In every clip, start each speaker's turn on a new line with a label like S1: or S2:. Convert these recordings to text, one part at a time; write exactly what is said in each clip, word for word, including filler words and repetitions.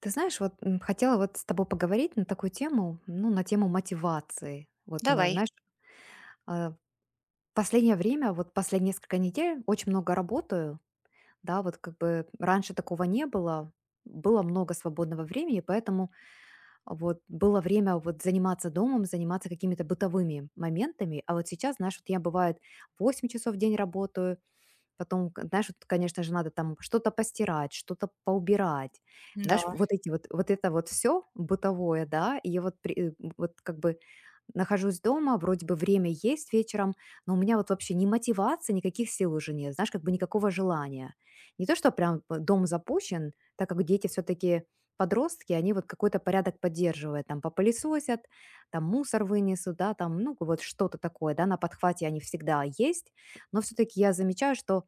S1: Ты знаешь, вот м, хотела вот с тобой поговорить на такую тему, ну, на тему мотивации. Вот, на-
S2: Давай.
S1: знаешь, а, в последнее время, вот последние несколько недель очень много работаю, да, вот как бы раньше такого не было, было много свободного времени, поэтому вот было время вот заниматься домом, заниматься какими-то бытовыми моментами, а вот сейчас, знаешь, вот я бывает восемь часов в день работаю. Потом, к знаешь, вот, конечно же, надо там что-то постирать, что-то поубирать.
S2: Да,
S1: Знаешь, вот эти вот вот это вот все бытовое, да. И я вот при э, вот как бы нахожусь дома, вроде бы время есть вечером, но у меня вот вообще ни мотивации, никаких сил уже нет, знаешь, как бы никакого желания. Не то, что прям п дом запущен, так как дети все таки подростки, они вот какой-то порядок поддерживают, там попылесосят, там мусор вынесут, да, там, ну, вот что-то такое, да, на подхвате они всегда есть. Но все таки я замечаю, что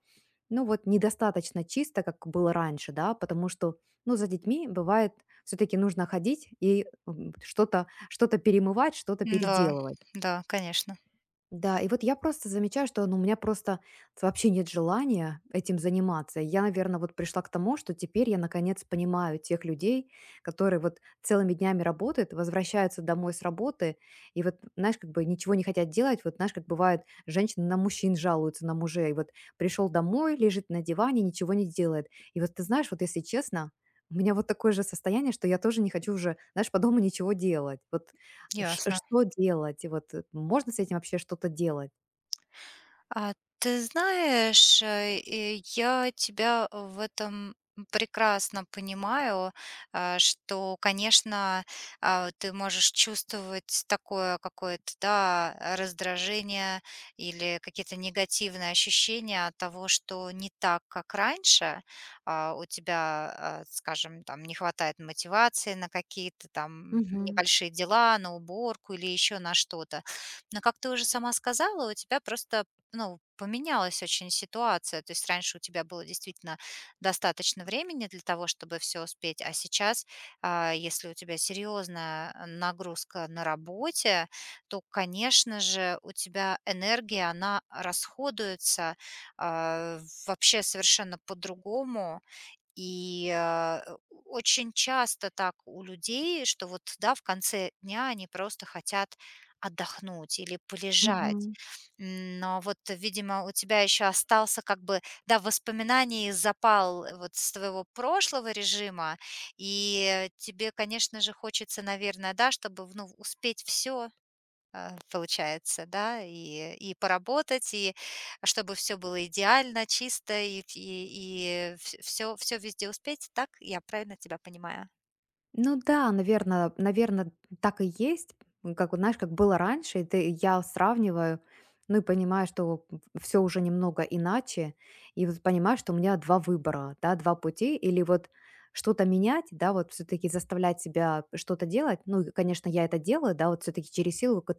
S1: ну вот недостаточно чисто, как было раньше, да, потому что, ну, за детьми бывает все-таки нужно ходить и м, что-то что перемывать, что-то
S2: да,
S1: переделывать.
S2: да, конечно.
S1: Да, и вот я просто замечаю, что, ну, у меня просто вообще нет желания этим заниматься. Я, наверное, вот пришла к тому, что теперь я наконец понимаю тех людей, которые вот целыми днями работают, возвращаются домой с работы, и вот, знаешь, как бы ничего не хотят делать. Вот, знаешь, как бывает, женщины на мужчин жалуются, на мужей. Вот пришел домой, лежит на диване, ничего не делает. И вот ты знаешь, вот если честно, у меня вот такое же состояние, что я тоже не хочу уже, знаешь, по дому ничего делать. Вот Ш
S2: Ясно.
S1: Что делать? И Вот э, можно с этим вообще что-то делать?
S2: А, ты знаешь, э, и я тебя в этом прекрасно понимаю, а, что, конечно, а, вот ты можешь чувствовать такое какое-то, да, раздражение или какие-то негативные ощущения от того, что не так, как раньше. А, у тебя, а, скажем, там не хватает мотивации на какие-то там
S1: Мгм,
S2: небольшие дела, на уборку или еще на что-то. Но, как ты уже сама сказала, у тебя просто ну, поменялась очень ситуация. То есть раньше у тебя было действительно достаточно времени для того, чтобы все успеть, а сейчас, а, если у тебя серьезная э, нагрузка на работе, то, конечно же, у тебя энергия, она расходуется а, вообще совершенно по-другому, и, а, э, очень часто так у людей, что вот, да, в конце дня они просто хотят отдохнуть или полежать.
S1: мгм.
S2: М, но вот, видимо, у тебя еще остался как бы, да, в воспоминании запал э, вот с твоего прошлого режима, и э, тебе, конечно же, хочется, наверное, да, чтобы, ну, успеть все а, получается, да, и, и поработать, и чтобы все было идеально, чисто, и, и, все, все везде успеть, так я правильно тебя понимаю?
S1: Ну да, наверное, наверное, так и есть. М, как вот, знаешь, как было раньше, и ты я сравниваю, ну и понимаю, что все уже немного иначе. И вот понимаю, что у меня два выбора, да, два пути. Или вот что-то менять, да, вот все таки заставлять себя что-то делать. Ну и, конечно, я это делаю, да, вот все таки через силу к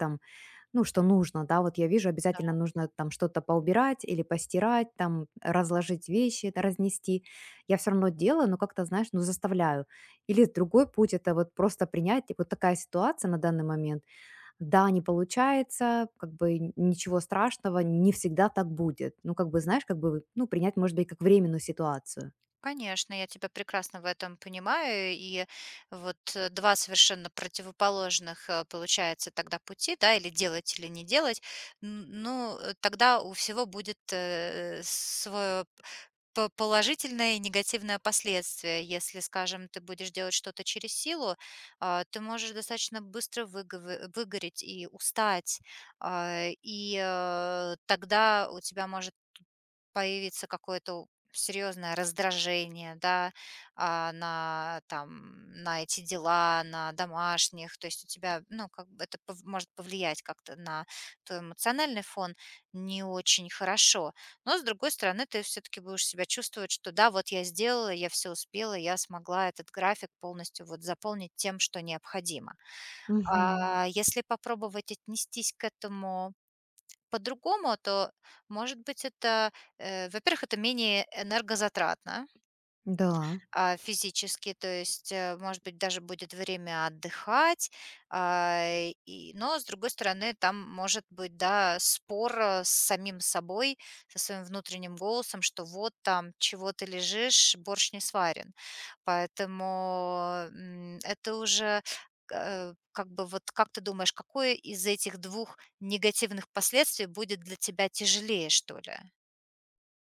S1: Ну, что нужно, да, вот я вижу,
S2: Да,
S1: обязательно нужно там что-то поубирать или постирать, там разложить вещи, это разнести. Я все равно делаю, но как-то, знаешь, ну, заставляю. Или другой путь — это вот просто принять, типа, вот такая ситуация на данный момент. Да, не получается, как бы н- ничего страшного, не всегда так будет. Ну, как бы, знаешь, как бы, ну, принять, может быть, как временную ситуацию.
S2: конечно, я тебя прекрасно в этом понимаю, и вот э, два совершенно противоположных э, получается тогда пути, да, или делать, или не делать. Н- ну, э, тогда у всего будет э, свое По положительное и негативное последствие. Если, скажем, ты будешь делать что-то через силу, а, ты можешь достаточно быстро выговы выгореть и устать, а, и, э, тогда у тебя может появится какое-то серьезное раздражение, да, а, на там на эти дела, на домашних, то есть у тебя, ну, как бы это пов- может повлиять как-то на твой эмоциональный фон не очень хорошо. Но, с другой стороны, ты все-таки будешь себя чувствовать, что да, вот я сделала, я все успела, я смогла этот график полностью вот заполнить тем, что необходимо.
S1: Мгм.
S2: А если попробовать отнестись к этому по-другому, то, может быть, это, э, во-первых, это менее энергозатратно,
S1: Да.
S2: а, физически, то есть, э, может быть, даже будет время отдыхать, а, и но, с другой стороны, там может быть, да, спор, э, с самим собой, со своим внутренним голосом, что вот там, чего ты лежишь, борщ не сварен. Поэтому, м, это уже, э, как бы вот как ты думаешь, какое из этих двух негативных последствий будет для тебя тяжелее, что ли?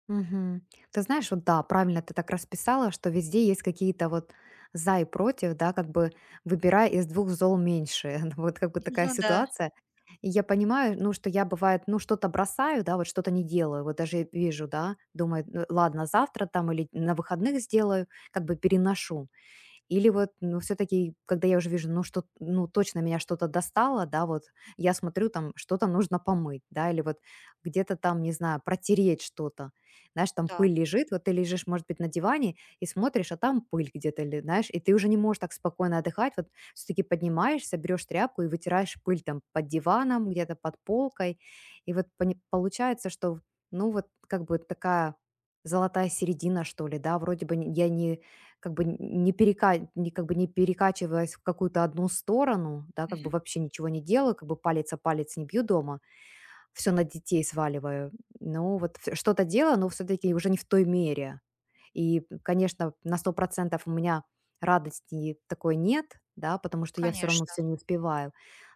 S1: Мгм. Ты знаешь, вот да, правильно ты так расписала, что везде есть какие-то вот за и против, да, как бы выбирая из двух зол меньше. Вот как бы такая
S2: Ну да.
S1: ситуация. И я понимаю, ну, что я бывает, ну, что-то бросаю, да, вот что-то не делаю, вот даже вижу, да, думаю: «Ну, ладно, завтра там или на выходных сделаю, как бы переношу». Или вот, ну, все таки когда я уже вижу, ну, что, ну, точно меня что-то достало, да, вот я смотрю, там что-то нужно помыть, да, или вот где-то там, не знаю, протереть что-то. Знаешь, там
S2: Да.
S1: пыль лежит, вот ты лежишь, может быть, на диване и смотришь, а там пыль где-то, ле- знаешь, и ты уже не можешь так спокойно отдыхать, вот все-таки поднимаешься, берешь тряпку и вытираешь пыль там под диваном, где-то под полкой. И вот пони- получается, что, ну, вот как бы такая золотая середина, что ли, да, вроде бы н- я не как бы не перека не как бы не перекачиваясь в какую-то одну сторону, да, как бы
S2: Мгм.
S1: вообще ничего не делаю, как бы палец о палец не бью дома, все на детей сваливаю. Ну, вот ф что-то делаю, но все-таки уже не в той мере. И, конечно, на сто процентов у меня радости такой нет, да, потому что я все равно
S2: Конечно.
S1: все не успеваю.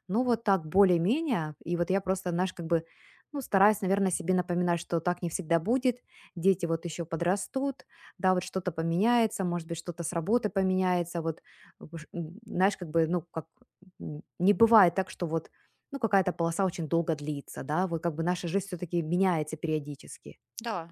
S1: Ну, вот так более-менее. И вот я просто, знаешь, как бы, ну, стараюсь, наверное, себе напоминать, что так не всегда будет. Дети вот еще подрастут, да, вот что-то поменяется, может быть, что-то с работы поменяется. Вот, выш м, знаешь, как бы, ну, как, м, не бывает так, что вот, ну, какая-то полоса очень долго длится, да. Вот как бы наша жизнь все-таки меняется периодически.
S2: Да.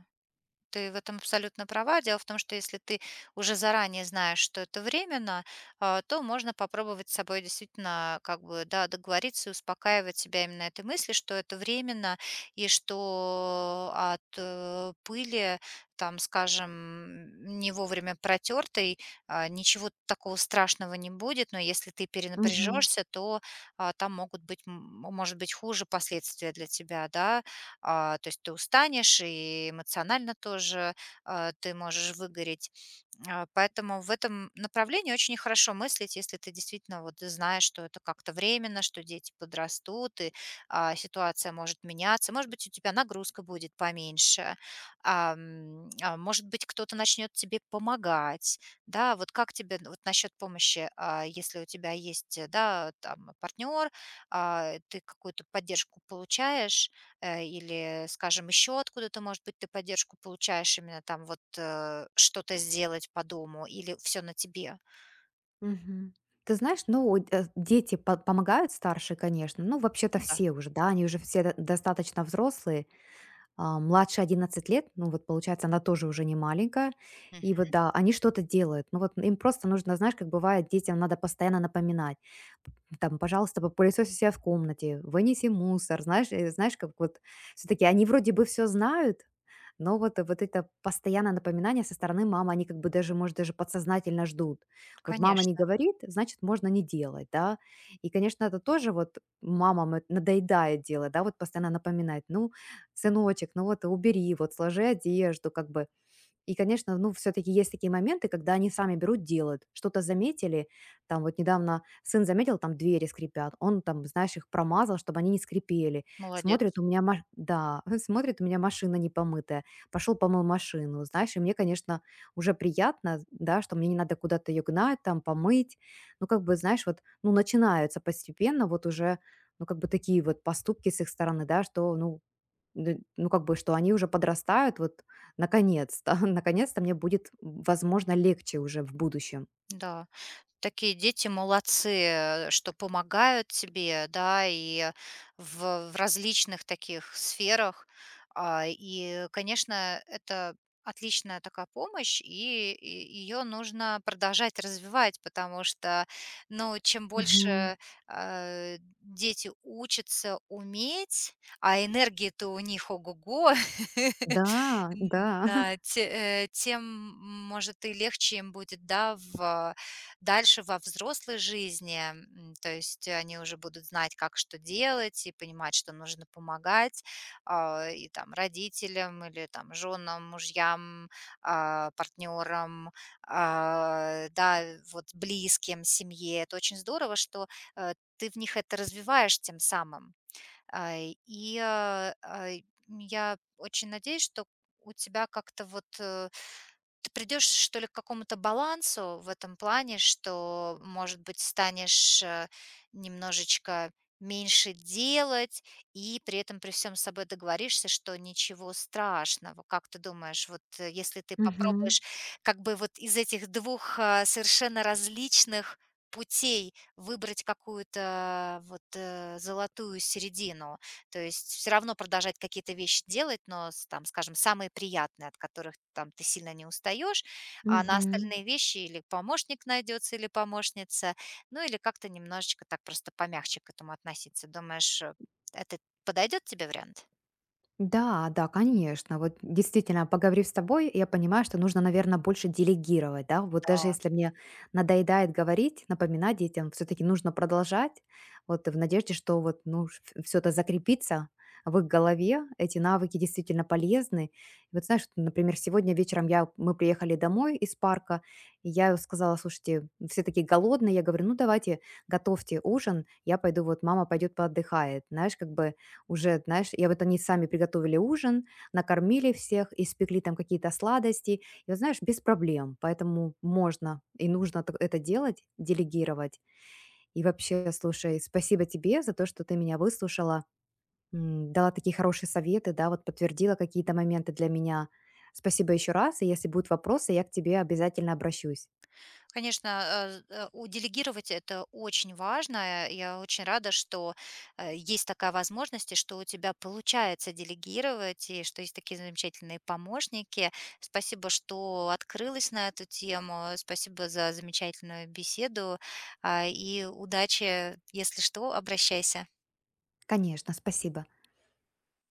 S2: Ты в этом абсолютно права. Дело в том, что если ты уже заранее знаешь, что это временно, а, то можно попробовать с собой действительно как бы да, договориться и успокаивать себя именно этой мыслью, что это временно и что от э, пыли, там, скажем, не вовремя протертой, а, ничего такого страшного не будет, но если ты
S1: Мгм.
S2: перенапряжешься, то а, там могут быть, м, может быть, хуже последствия для тебя, да, а, то есть ты устанешь и эмоционально тоже, а, ты можешь выгореть. А, поэтому в этом направлении очень хорошо мыслить, если ты действительно вот знаешь, что это как-то временно, что дети подрастут, и, а, ситуация может меняться. Может быть, у тебя нагрузка будет поменьше, ам, а, может быть, кто-то начнет тебе помогать. Да, вот как тебе вот насчет помощи, а, если у тебя есть, э, да, там партнер, а, ты какую-то поддержку получаешь, э, или, скажем, еще откуда-то, может быть, ты поддержку получаешь именно там вот э, что-то сделать по дому, или все на тебе?
S1: Мгм. Ты знаешь, ну, вот, э, дети по- помогают старшие, конечно. Ну, вообще-то
S2: Ну да.
S1: все уже, да, они уже все до- достаточно взрослые, а, младше одиннадцати лет, ну вот получается, она тоже уже не маленькая. И
S2: Мгм.
S1: вот да, они что-то делают. Ну вот им просто нужно, знаешь, как бывает, детям надо постоянно напоминать. П- Там, пожалуйста, попылесось у себя в комнате, вынеси мусор, знаешь, э, знаешь, как вот все-таки они вроде бы все знают, но вот, э, вот это постоянное напоминание со стороны мамы, они как бы даже, может, даже подсознательно ждут. Вот мама не
S2: Конечно,
S1: говорит, значит, можно не делать, да. И, конечно, это тоже вот мамам это надоедает дело, да, вот постоянно напоминать. Ну, сыночек, ну вот убери, вот сложи одежду, как бы. И, конечно, ну, все-таки есть такие моменты, когда они сами берут, делают. Что-то заметили, там вот недавно сын заметил, там двери скрипят, он там, знаешь, их промазал, чтобы они не скрипели. Смотрит,
S2: молодец.
S1: у меня, ма- да, смотрит, у меня машина не помытая. Пошел помыл машину, знаешь, и мне, конечно, уже приятно, да, что мне не надо куда-то ее гнать, там, помыть. Ну, как бы, знаешь, вот, ну, начинаются постепенно вот уже ну, как бы такие вот поступки с их стороны, да, что, ну, Д ну, как бы, что они уже подрастают, вот наконец-то, наконец-то мне будет, возможно, легче уже в будущем.
S2: Да. Такие дети молодцы, э, что помогают тебе, да, и в, в различных таких сферах. А, И, конечно, это отличная такая помощь, и ее нужно продолжать развивать, потому что, ну, чем
S1: Мгм.
S2: больше э, дети учатся уметь, а энергии-то у них ого-го,
S1: Да, да.
S2: да, те э, тем, может, и легче им будет, да, в дальше во взрослой жизни. М, то есть они уже будут знать, как что делать, и понимать, что нужно помогать, а, и там родителям или там женам, мужьям, а, партнерам, а, да, вот близким, семье. Это очень здорово, что, э, ты в них это развиваешь тем самым. А, и, а, а, я очень надеюсь, что у тебя как-то вот, э, ты придешь, что ли, к какому-то балансу в этом плане, что, может быть, станешь, э, немножечко меньше делать и при этом при всем с собой договоришься, что ничего страшного. Как ты думаешь, вот, э, если ты
S1: Мгм.
S2: попробуешь как бы вот из этих двух а, совершенно различных путей выбрать какую-то вот, э, золотую середину? То есть все равно продолжать какие-то вещи делать, но с там, скажем, самые приятные, от которых там ты сильно не устаешь, а на
S1: Мгм.
S2: остальные вещи или помощник найдется или помощница, ну, или как-то немножечко так просто помягче к этому относиться. Думаешь, э, это подойдет тебе вариант?
S1: Да, да, конечно. Вот действительно, поговорив с тобой, я понимаю, что нужно, наверное, больше делегировать, да. Вот даже если мне надоедает говорить, напоминать детям, все-таки нужно продолжать, вот в надежде, что вот, ну, все это закрепится в их голове, эти навыки действительно полезны. И вот знаешь, вот, например, сегодня вечером я, мы приехали домой из парка, и я сказала: слушайте, все такие голодные, я говорю, ну давайте готовьте ужин, я пойду, вот мама пойдет поотдыхает. Знаешь, как бы уже, знаешь, и вот они сами приготовили ужин, накормили всех, испекли там какие-то сладости. И вот, знаешь, без проблем. Поэтому можно и нужно так- это делать, делегировать. И вообще, слушай, спасибо тебе за то, что ты меня выслушала, м, дала такие хорошие советы, да, вот подтвердила какие-то моменты для меня. Спасибо еще раз, и если будут вопросы, я к тебе обязательно обращусь.
S2: Конечно, э, э, у делегировать это очень важно. Я очень рада, что э, есть такая возможность, и что у тебя получается делегировать, и что есть такие замечательные помощники. Спасибо, что открылась на эту тему. Спасибо за замечательную беседу. А, И удачи, если что, обращайся.
S1: Конечно, спасибо.